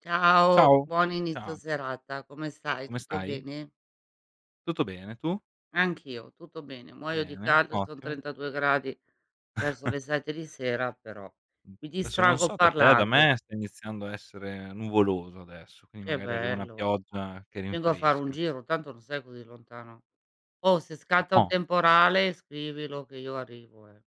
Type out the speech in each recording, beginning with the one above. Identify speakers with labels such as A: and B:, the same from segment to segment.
A: Ciao,
B: Ciao,
A: buon inizio
B: ciao,
A: serata, come stai?
B: come
A: Tutto
B: stai?
A: bene?
B: Tutto bene, tu?
A: Anch'io, tutto bene. Muoio di
B: Bene,
A: caldo, son
B: ottimo.
A: 32 gradi verso le 7 di sera, però
B: Mh,
A: mi
B: Adesso non
A: distraggo
B: so da te, da
A: parlando.
B: me sta iniziando a essere nuvoloso adesso, quindi
A: Che
B: magari arriva una
A: bello.
B: pioggia che
A: Vengo a fare un
B: rinfresca.
A: giro, tanto non sei così lontano. Oh, se scatta un
B: No,
A: temporale scrivilo che io arrivo, eh.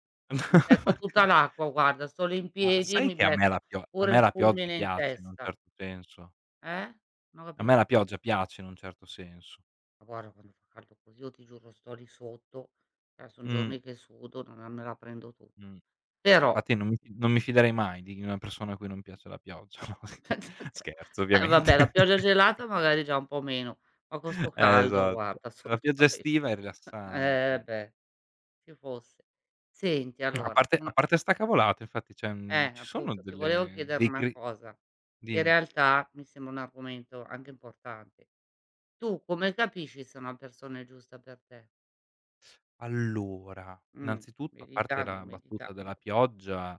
A: Mi becco tutta l'acqua, guarda, solo in
B: ma
A: piedi
B: sai
A: mi
B: che a me
A: becco
B: la pio a
A: pure
B: me
A: il
B: la pioggia
A: fulmine in
B: piace in un
A: testa.
B: certo senso.
A: Eh? Non ho
B: A
A: capi.
B: me la pioggia piace in un certo senso.
A: Ma guarda, quando fa caldo così io ti giuro sto lì sotto, cioè son
B: Mh,
A: giorni che sudo, non me la prendo tutta.
B: mh.
A: Però
B: Infatti non mi fiderei mai di una persona a cui non piace la pioggia. No, scherzo
A: eh
B: ovviamente.
A: vabbè, la pioggia gelata magari già un po' meno, ma con sto caldo
B: Esatto.
A: guarda
B: La pioggia
A: assolutamente.
B: estiva è
A: Eh
B: rilassante.
A: beh, ci fosse. Senti allora,
B: A
A: una,
B: parte 'sta cavolata infatti, cioè,
A: eh,
B: ci sono
A: appunto ti volevo
B: delle
A: chiedere
B: dei
A: una
B: cri
A: cosa. In
B: dimmi.
A: realtà mi sembra un argomento anche importante. Tu come capisci se una persona è giusta per te?
B: Allora,
A: Mh,
B: innanzitutto, a parte
A: meditando,
B: la battuta della
A: meditando.
B: pioggia,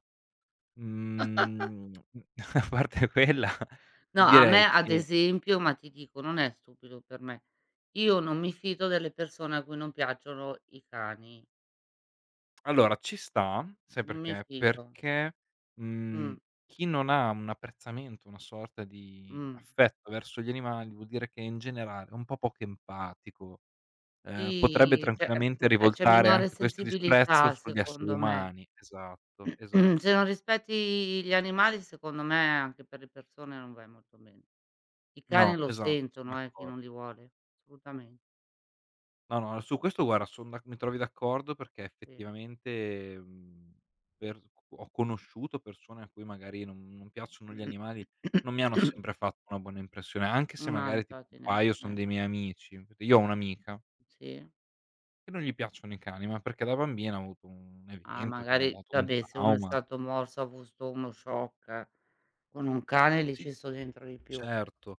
B: mhmm, a parte quella,
A: No,
B: ti
A: a me
B: direi
A: ad
B: che
A: esempio, ma ti dico, non è stupido per me. Io non mi fido delle persone a cui non piacciono i cani,
B: allora ci sta, sai
A: non mi
B: perché?
A: fido.
B: Perché, mhmm,
A: Mh,
B: chi non ha un apprezzamento, una sorta di
A: mh.
B: affetto verso gli animali, vuol dire che in generale è un po' poco empatico. Potrebbe
A: Sì, cioè, eh, mhmm,
B: tranquillamente
A: cioè c'è
B: rivoltare
A: minore
B: anche questo disprezzo
A: sensibilità
B: sugli esseri
A: secondo me.
B: umani. Esatto,
A: Se non
B: esatto.
A: rispetti gli animali, secondo me anche per le persone non vai molto bene. I
B: No,
A: cani lo
B: esatto, son
A: sentono, chi
B: d'accordo.
A: non li vuole, assolutamente,
B: No, no, su questo guarda son d'ac mi trovi d'accordo perché
A: sì.
B: effettivamente, mhmm, per ho conosciuto persone a cui magari non piacciono gli animali, non mi hanno sempre fatto una buona impressione, anche se
A: No,
B: magari tipo un
A: infatti neanche
B: paio
A: a
B: son
A: me.
B: dei miei amici. Io ho un'amica
A: Sì.
B: che non gli piacciono i cani, ma perché da bambina ha avuto un
A: Ah,
B: evento che le ha
A: magari
B: dato un
A: vabbè, se uno è
B: trauma.
A: stato morso, ha avuto uno shock, con un cane lì
B: Sì,
A: ci sto dentro di più.
B: certo.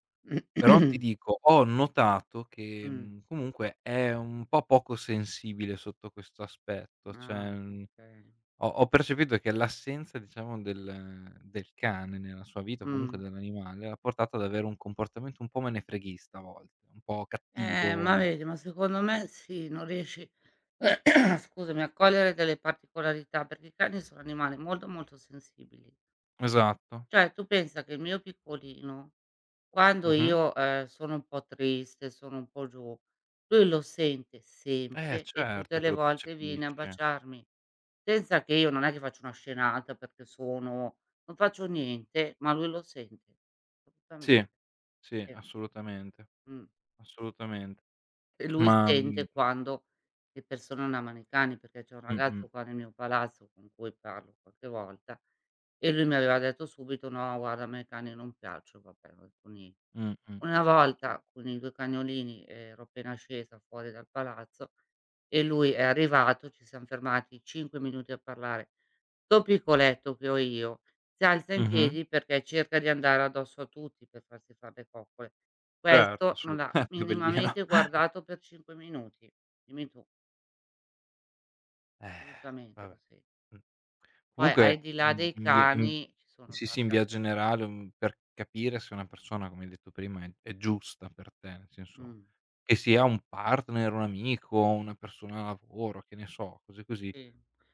B: Però ti dico, ho notato che,
A: Mh.
B: comunque è un po' poco sensibile sotto questo aspetto,
A: Ah,
B: cioè,
A: okay.
B: ho percepito che l'assenza diciamo del cane nella sua vita, o comunque
A: Mh.
B: dell'animale, l'ha portato ad avere un comportamento un po' menefreghista a volte, un po'
A: Ma
B: cattivo.
A: vedi, ma secondo me sì, non riesci scusami, a cogliere delle particolarità, perché i cani sono animali molto, molto sensibili.
B: Esatto.
A: Cioè, tu pensa che il mio piccolino, quando
B: Mh-mh.
A: io, sono un po' triste, sono un po' giù, lui lo sente sempre e tutte
B: Certo che
A: le
B: lo
A: volte viene a
B: percepisce.
A: baciarmi, senza che io, non è che faccio una scenata perché sono non faccio niente, ma lui lo sente. Assolutamente,
B: Sì, sì,
A: sì,
B: assolutamente,
A: mh.
B: assolutamente.
A: E lui
B: Ma, mhmm
A: sente quando le persone non amano i cani, perché c'è un
B: mh-mh,
A: ragazzo qua nel mio palazzo con cui parlo qualche volta e lui mi aveva detto subito: "No, guarda, a me i cani non piacciono", vabbè, ho detto nie.
B: mh-mh.
A: Una volta con i 2 cagnolini, ero appena scesa fuori dal palazzo e lui è arrivato, ci siam fermati 5 minuti a parlare. 'Sto piccoletto che ho io si alza in
B: Mh-mh.
A: piedi perché cerca di andare addosso a tutti per farsi far le coccole.
B: Certo,
A: Questo non l'ha
B: assolutamente, bellino.
A: minimamente guardato per 5 minuti, dimmi tu,
B: Eh,
A: assolutamente lo
B: vabbè.
A: sen.
B: Mh.
A: Poi al
B: Comunque,
A: di là dei
B: in
A: cani ci sono
B: sì, sì, in
A: tante
B: via
A: altre
B: generale,
A: cose.
B: per capire se una persona, come hai detto prima, è giusta per te, nel senso
A: Mh,
B: che sia un partner, un amico, una persona da lavoro, che ne so, cose così,
A: sì.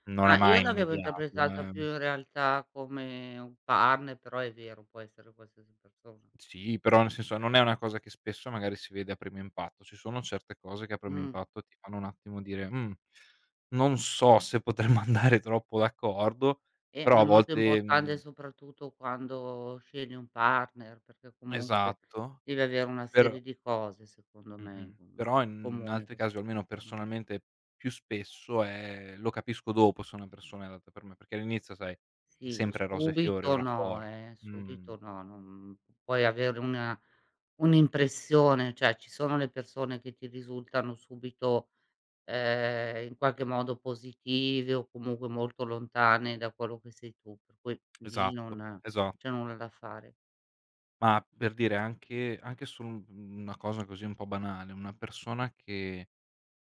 B: non è
A: Ah, io
B: mai
A: l'avevo
B: immediato,
A: interpretata più in realtà come un partner, però è vero, può essere qualsiasi persona.
B: sì, però nel senso non è una cosa che spesso magari si vede a primo impatto. Ci sono certe cose che a primo
A: Mh.
B: impatto ti fanno un attimo dire: "Mhmm, non so se potremmo andare troppo d'accordo",
A: Ma
B: però
A: è
B: a
A: molto
B: volte,
A: importante
B: mhmm
A: soprattutto quando scegli un partner, perché comunque
B: Esatto,
A: devi avere una
B: però
A: serie di cose secondo me
B: però
A: in
B: in
A: comune
B: altri
A: con 'sta
B: casi, o almeno
A: persona.
B: personalmente più spesso, è lo capisco dopo se una persona è adatta per me, perché all'inizio sai, è
A: Sì,
B: sempre rose e fiori un rapporto.
A: subito no,
B: Mh.
A: non puoi avere una un'impressione, cioè ci sono le persone che ti risultano subito, in qualche modo positive o comunque molto lontane da quello che sei tu, per cui lì
B: Esatto,
A: non c'è
B: esatto.
A: nulla da fare.
B: Ma per dire anche solo un una cosa così un po' banale, una persona che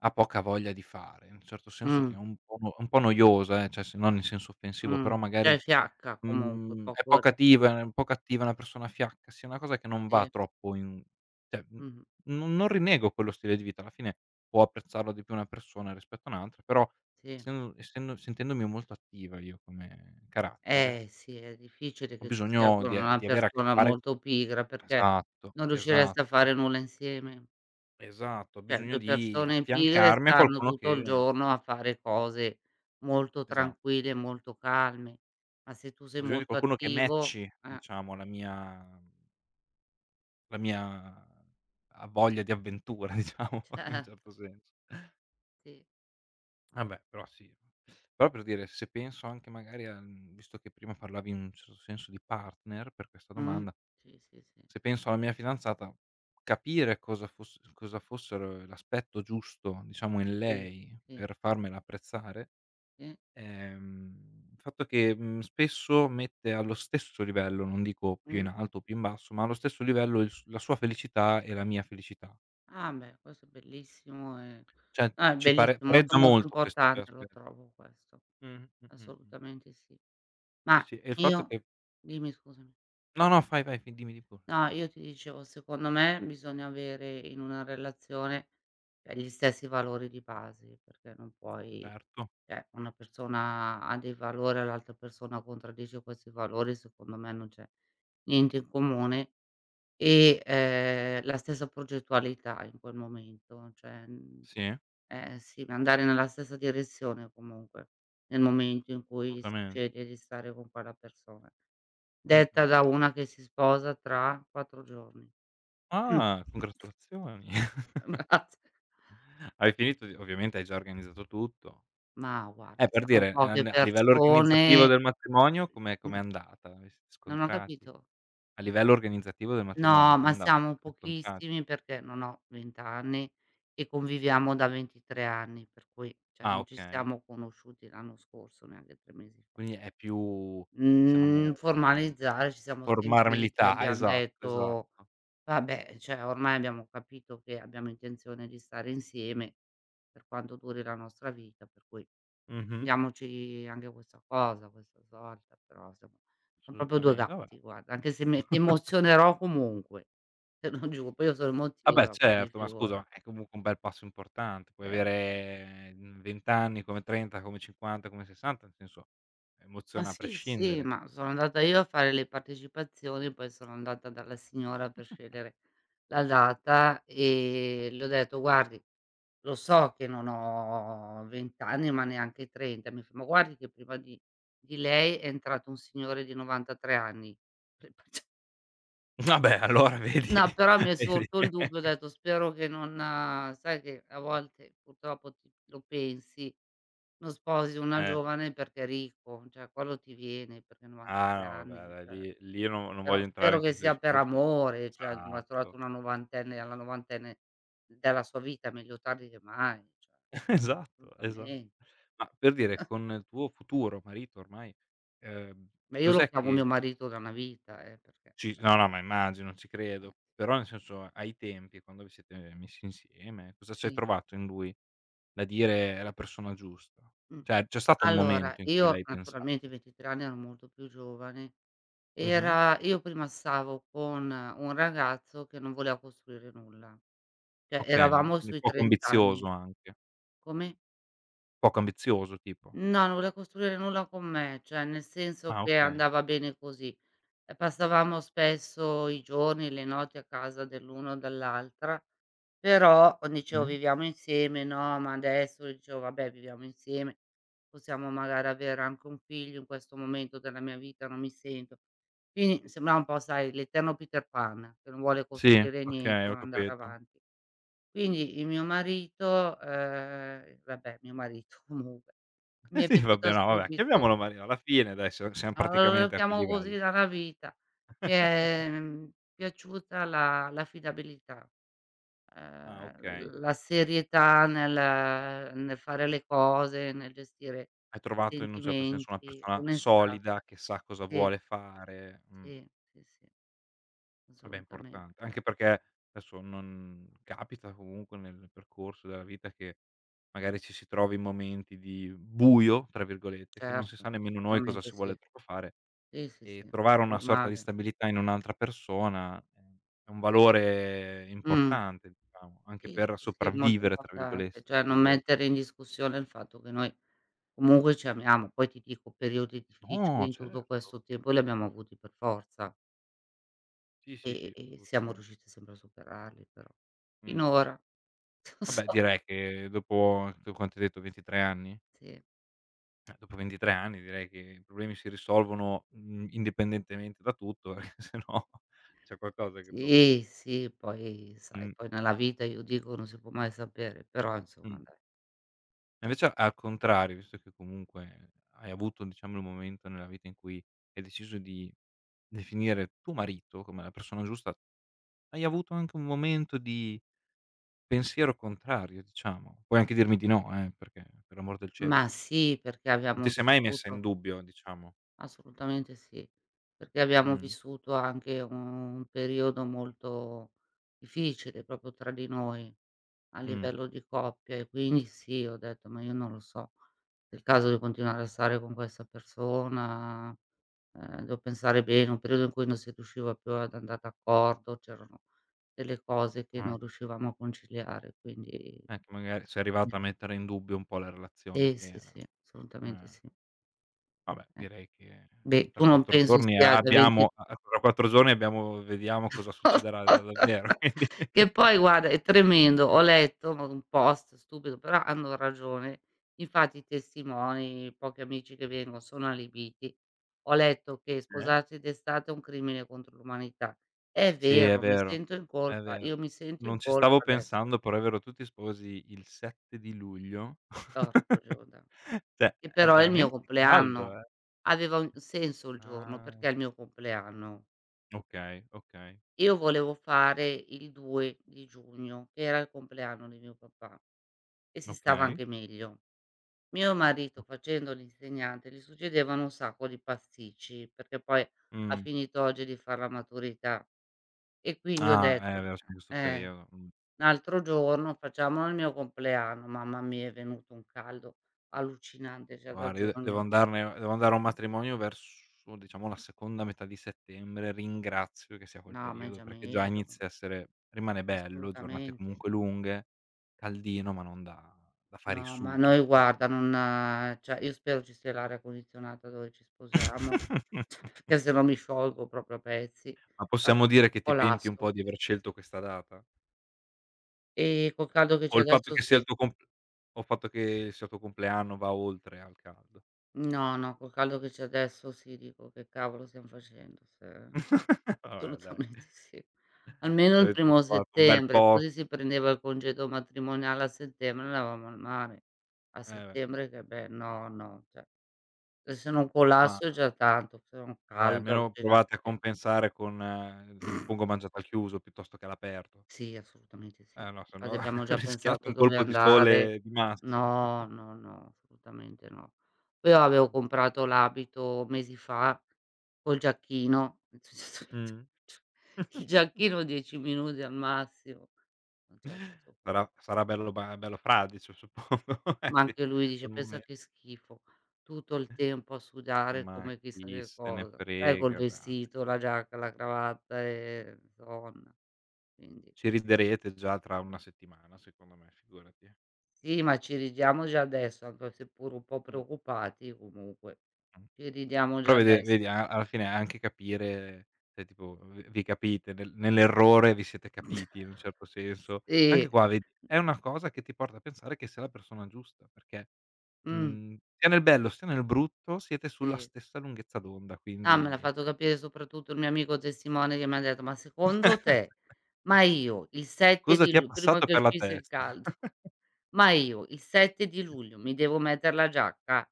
B: ha poca voglia di fare, in un certo senso
A: Mh.
B: che è un po' no un po' noiosa, cioè se non in senso offensivo,
A: Mh,
B: però
A: cioè
B: magari,
A: fiacca comunque,
B: è
A: poco
B: poco
A: reattiva,
B: attiva, è un po' cattiva, è una persona fiacca, sia una cosa che non va
A: sì.
B: troppo in cioè,
A: Mh-mh,
B: non rinego quello stile di vita, alla fine può apprezzarlo di più una persona rispetto a un'altra, però
A: sì.
B: essendo sentendomi molto attiva io come carattere,
A: Eh sì, è difficile
B: ho
A: che tu sia
B: bisogno
A: con
B: di e
A: una
B: di avere a che
A: persona
B: fare
A: molto pigra perché
B: Esatto,
A: non riuscireste a
B: esatto,
A: fare nulla insieme.
B: esatto. Ho
A: Cioè
B: bisogno
A: 2
B: di
A: persone pigre
B: affiancarmi a
A: stanno
B: qualcuno
A: tutto il
B: che
A: giorno a fare cose molto
B: esatto.
A: tranquille e molto calme, ma se tu sei
B: Ho bisogno di
A: molto
B: qualcuno che
A: attivo
B: matchi, diciamo, la mia a voglia di avventura, diciamo, in un
A: certo,
B: certo senso.
A: sì.
B: Vabbè, però sì. Però per dire, se penso anche magari al mhmm, visto che prima parlavi in un certo senso di partner per questa
A: Mh.
B: domanda,
A: Sì, sì, sì.
B: se penso alla mia fidanzata, capire cosa fossero l'aspetto giusto, diciamo, in
A: Sì,
B: lei
A: sì,
B: per farmela apprezzare
A: sì.
B: Il fatto che, spesso mette allo stesso livello, non dico più in
A: Mh.
B: alto o più in basso, ma allo stesso livello il s la sua felicità e la mia felicità.
A: Ah beh, questo è bellissimo e
B: Cioè
A: no, è
B: ci pare
A: bellissimo, molto,
B: pareggia
A: molto
B: molto questi 2
A: importante
B: aspe
A: lo trovo questo,
B: mh, mh.
A: assolutamente sì.
B: Sì,
A: Ma
B: sì, e il fatto
A: io
B: che
A: Dimmi, scusami.
B: no, no, fai, vai, fi dimmi di pure.
A: No, io ti dicevo, secondo me bisogna avere in una relazione, cioè, gli stessi valori di base, perché non puoi,
B: Certo,
A: cioè una persona ha dei valori e l'altra persona contraddice questi valori, secondo me non c'è niente in comune e, la stessa progettualità in quel momento, cioè, mhmm
B: sì,
A: Eh sì, ma andare nella stessa direzione comunque, nel momento in cui si
B: assolutamente.
A: sceglie di stare con quella persona. Detta
B: Mh-mh.
A: da una che si sposa tra 4 giorni. Mh.
B: Ah, congratulazioni.
A: Ammazza.
B: Hai finito di ovviamente hai già organizzato tutto.
A: Ma guarda,
B: Per
A: siamo
B: dire,
A: poche
B: a livello organizzativo
A: persone.
B: del matrimonio com'è
A: mh,
B: andata? Vi siete
A: Non ho
B: scontrati?
A: capito.
B: A livello organizzativo del
A: No,
B: matrimonio, com'è
A: ma
B: andato?
A: siamo
B: Siete incontrati?
A: pochissimi perché non ho 20 anni e conviviamo da 23 anni, per cui, cioè,
B: Ah,
A: non ci
B: okay.
A: siamo conosciuti l'anno scorso, neanche 3 mesi fa.
B: Quindi è più
A: Mhmm,
B: diciamo, mhmm,
A: Formalizzare, ci siamo sentiti,
B: formalità,
A: abbiam
B: esatto,
A: detto:
B: esatto.
A: "Vabbè, cioè ormai abbiamo capito che abbiamo intenzione di stare insieme per quanto duri la nostra vita, per cui
B: Mh-mh.
A: diamoci anche questa cosa, questa svolta", però siam proprio 2
B: Assolutamente, vabbè.
A: gatti, guarda, anche se mi emozionerò comunque, te lo giuro, poi io sono
B: Vabbè
A: emotiva, quindi
B: certo, ma scusa,
A: figurati.
B: ma è comunque un bel passo importante. Puoi
A: Certo.
B: avere, 20 anni, come 30, come 50, come 60, nel senso
A: Ma
B: emoziona a
A: sì, sì,
B: prescindere.
A: ma sono andata io a fare le partecipazioni, poi sono andata dalla signora per scegliere la data e le ho detto: "Guardi, lo so che non ho 20 anni, ma neanche 30". Mi fa: "Ma guardi che prima di lei è entrato un signore di 93 anni". Pre- cioè,
B: Vabbè allora vedi,
A: no, però mi è
B: vedi.
A: sorto il dubbio, ho detto: "Spero che non", sai che a volte purtroppo ti lo pensi, non sposi una
B: Eh.
A: giovane perché è ricco, cioè quello ti viene, perché
B: Ah
A: 93
B: no, vabbè
A: anni,
B: dai
A: cioè,
B: lì lì io non voglio
A: però
B: entrare
A: spero
B: in
A: che
B: questo
A: sia per
B: discorso.
A: amore, cioè che m'ha trovato
B: Esatto,
A: una novantenne, alla novantenne della sua vita, meglio tardi che mai, cioè
B: esatto, esatto.
A: assolutamente.
B: Ma per dire con il tuo futuro marito ormai, ehm,
A: Ma io lo
B: cos'è
A: chiamo
B: che
A: mio marito da una vita, perché.
B: ci no, no, ma immagino, ci
A: Eh,
B: credo,
A: sì.
B: però nel senso ai tempi quando vi siete messi insieme, cosa ci hai
A: Sì,
B: trovato in lui da dire: "È la persona giusta"?
A: mh.
B: Cioè c'è stato un
A: Allora,
B: momento in cui
A: io
B: l'hai
A: naturalmente
B: pensato?
A: 23 anni ero molto più giovane,
B: Mh-mh.
A: era io prima stavo con un ragazzo che non voleva costruire nulla, cioè
B: Okay,
A: eravamo
B: quindi
A: sui
B: poco
A: 30 anni.
B: ambizioso anche.
A: Come?
B: Poco ambizioso tipo?
A: No, non voleva costruire nulla con me, cioè nel senso
B: Ah
A: che
B: okay.
A: andava bene così. E passavamo spesso i giorni, le notti a casa dell'uno o dell'altra, però dicevo:
B: Mh.
A: "Viviamo insieme", no, ma adesso dicevo: "Vabbè, viviamo insieme, possiamo magari avere anche un figlio, in questo momento della mia vita non mi sento". Quindi sembrava un po', sai, l'eterno Peter Pan, che non vuole
B: Sì,
A: costruire niente,
B: okay, ho
A: vuole andare
B: capito.
A: avanti. Quindi il mio marito, vabbè, mio marito comunque. Mi
B: Eh
A: è
B: sì,
A: piaciuta
B: vabbè, no, vabbè,
A: subito.
B: chiamiamolo Mario, alla fine dai siam
A: Lo
B: praticamente a quel
A: chiamo così
B: livello.
A: dalla vita. Mi è, piaciuta la l'affidabilità,
B: Ah, okay.
A: la serietà nel fare le cose, nel gestire
B: Hai
A: i
B: trovato in un certo senso una
A: sentimenti,
B: persona
A: l'onestà.
B: solida che sa cosa
A: Sì,
B: vuole fare,
A: sì, sì, sì,
B: vabbè
A: assolutamente.
B: importante, anche perché adesso non capita comunque nel percorso della vita che magari ci si trovi in momenti di "buio", tra virgolette, che non si
A: Certo,
B: sa nemmeno noi cosa
A: assolutamente
B: si
A: sì.
B: vuole troppo fare
A: Sì, sì,
B: E
A: sì,
B: trovare una sorta di
A: normale.
B: stabilità in un'altra persona, è un valore
A: Mh.
B: importante diciamo, anche
A: Sì,
B: per
A: sì, sì, molto
B: "sopravvivere" tra
A: importante,
B: virgoles
A: cioè non
B: virgolette.
A: mettere in discussione il fatto che noi comunque ci amiamo. Poi ti dico, periodi difficili
B: No,
A: in tutto
B: certo.
A: questo tempo li abbiamo avuti per forza
B: Sì, sì, sì,
A: e siamo
B: assolutamen
A: riusciti sempre a superarli però.
B: mh,
A: Finora, non
B: vabbè
A: so,
B: direi che dopo tu quanto hai detto, 23 anni?
A: sì.
B: Dopo 23 anni direi che i problemi si risolvono, indipendentemente da tutto perché se no c'è qualcosa che to
A: Sì, sì, poi sai,
B: mh,
A: poi nella vita io dico non si può mai sapere, però
B: mh.
A: insomma dai,
B: E
A: cioè
B: invece al contrario, visto che comunque hai avuto, diciamo, il momento nella vita in cui hai deciso di definire tuo marito come la persona giusta, hai avuto anche un momento di pensiero contrario, diciamo. Puoi anche dirmi di no, perché per l'amor del cielo.
A: ma sì, perché
B: Non ti
A: abbiamo
B: sei mai messa in
A: vissuto
B: dubbio, diciamo.
A: assolutamente sì, perché abbiamo
B: Mh,
A: vissuto anche un periodo molto difficile proprio tra di noi. A
B: mh,
A: livello di coppia, e quindi sì, ho detto: "Ma io non lo so, è il caso di continuare a stare con questa persona, devo pensare bene." Un periodo in cui non si riusciva più ad andar d'accordo, c'erano delle cose che
B: ah,
A: non riuscivamo a conciliare, quindi
B: che magari sei arrivata
A: no.
B: a mettere in dubbio un po' la relazione
A: Sì,
B: che
A: sì,
B: era.
A: sì, assolutamente
B: Eh.
A: sì.
B: Vabbè,
A: Eh.
B: direi che
A: Beh, tu
B: tra
A: non
B: 4
A: penso
B: giorni a
A: sia da 20
B: abbiamo a a tra 4 giorni abbiamo vediamo cosa succederà da davvero,
A: Che poi guarda, è tremendo,
B: quindi
A: ho letto ma un post stupido, però hanno ragione. Infatti i testimoni, i pochi amici che vengono sono allibiti. Ho letto che
B: eh?
A: sposarsi d'estate è un crimine contro l'umanità. È
B: Sì, è
A: vero, mi
B: vero,
A: sento in
B: è
A: colpa, io
B: vero.
A: mi sento in
B: Non ci stavo
A: colpa adesso.
B: pensando, però è vero, tu ti sposi il 7 di luglio.
A: Porco Giuda.
B: Cioè,
A: Che
B: è
A: però è il mio
B: veramente caldo,
A: compleanno.
B: eh.
A: Aveva un senso il giorno
B: Ah,
A: perché è il mio compleanno.
B: okay,
A: Io volevo fare il 2 di giugno, che era il compleanno di mio papà, e si stava
B: okay.
A: anche meglio. Mio marito, facendo l'insegnante, gli succedevano un sacco di pasticci, perché poi ha
B: Mh.
A: finito oggi di far la maturità e quindi ho
B: Ah, è
A: detto:
B: vero, c'è questo
A: "Eh,
B: periodo.
A: l'altro giorno facciamolo al mio compleanno." Mamma mia, è venuto un caldo allucinante già da
B: Guarda, io de
A: giugno.
B: devo andare a un matrimonio verso, diciamo, la seconda metà di settembre. Ringrazio che sia quel
A: No, ma è
B: periodo,
A: già
B: perché già
A: meglio,
B: inizia a essere rimane bello, giornate
A: assolutamente.
B: comunque lunghe, caldino, ma non da fare i
A: No, ma
B: sughi,
A: noi
B: diciamo.
A: guarda non, cioè io spero ci sia l'aria condizionata dove ci sposiamo, cioè perché se no mi sciolgo proprio a pezzi,
B: Ma
A: vado
B: possiamo dire che ti penti un
A: collasso.
B: po' di aver scelto questa data?
A: Col caldo che
B: O
A: c'è
B: il fatto
A: adesso
B: che sia
A: sì.
B: il tuo comp o il fatto che sia il tuo compleanno va oltre al caldo?
A: No, no, col caldo che c'è adesso sì, dico: "Che cavolo stiam facendo?" Se
B: Vabbè dai,
A: assolutamente sì. Almeno
B: se
A: il
B: avete
A: primo
B: trovato un bel
A: settembre,
B: posto
A: così si prendeva il congedo matrimoniale a settembre, andavamo al mare. A
B: eh beh,
A: settembre che beh, no, no, cioè, se non
B: ma
A: collasso è già tanto, se non
B: Dai,
A: caldo
B: almeno provate a
A: allucinante.
B: compensare con suppongo mangiate al chiuso piuttosto che all'aperto.
A: Sì, assolutamente sì.
B: Eh no, se
A: Infatti
B: no
A: abbiamo già
B: rischiate
A: pensato
B: un
A: dove
B: colpo di
A: andare.
B: sole di massa.
A: No, no, no, assolutamente no. Poi io avevo
B: Mh.
A: comprato l'abito mesi fa col giacchino.
B: Mh.
A: Il giacchino 10 minuti al massimo, non ce la posso fare.
B: Sarà bello ba bello fradicio suppongo,
A: Ma
B: sì,
A: anche lui dice:
B: al
A: "Pensa
B: momen
A: che schifo, tutto il tempo a sudare
B: ma
A: come
B: chi
A: chissà che
B: se ne
A: cosa". Sai, col
B: frega dai.
A: vestito, la giacca, la cravatta, Madonna, quindi.
B: Ci riderete già tra una settimana secondo me, figurati.
A: Sì, ma ci ridiamo già adesso, anche seppur un po'
B: Mh-mh.
A: preoccupati comunque. Ci ridiamo già
B: Però vede
A: adesso.
B: vedi a alla fine anche capire cioè tipo v vi capite, nell'errore vi siete capiti in un certo senso.
A: Sì,
B: Anche qua vedi, è una cosa che ti porta a pensare che sia la persona giusta, perché,
A: mh,
B: sia nel bello sia nel brutto siete sulla
A: sì.
B: stessa lunghezza d'onda,
A: Ah, me l'ha
B: quindi
A: fatto capire soprattutto il mio amico testimone che mi ha detto: "Ma secondo te, ma io il 7
B: cosa
A: di
B: ti è
A: lu, prima
B: passato
A: che
B: per la
A: uscisse il
B: testa?
A: caldo, ma io il 7 di luglio mi devo metter la giacca?"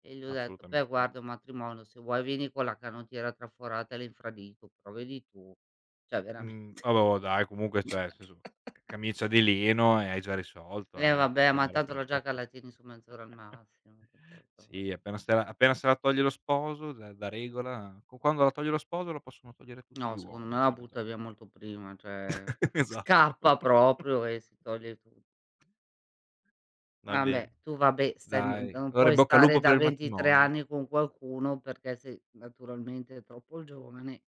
A: E gli ho detto: "Beh,
B: Assolutamente no.
A: guarda, è un matrimonio, se vuoi vieni con la canottiera traforata all'infradito, però vedi tu." Cioè veramen.
B: Mhmm, vabbè boh, dai comunque cioè nel senso, c camicia di lino e hai già risolto
A: Eh
B: cioè
A: vabbè,
B: che
A: ma
B: bella
A: tanto la giacca
B: frasetta.
A: la tieni su mezz'ora al massimo.
B: Sì, appena se la toglie lo sposo, da regola, q quando la toglie lo sposo la possono togliere tutti
A: No,
B: gli
A: secondo me
B: uomini
A: la
B: quella
A: butta
B: giacca.
A: via molto prima, cioè
B: Esatto.
A: scappa proprio e si toglie, tu
B: Va
A: vabbè,
B: bene.
A: stai mu,
B: Dai,
A: non
B: allora in
A: puoi
B: bocca al
A: stare
B: lupo
A: da
B: per il
A: 23
B: matrimonio.
A: anni con qualcuno perché sei naturalmente troppo giovane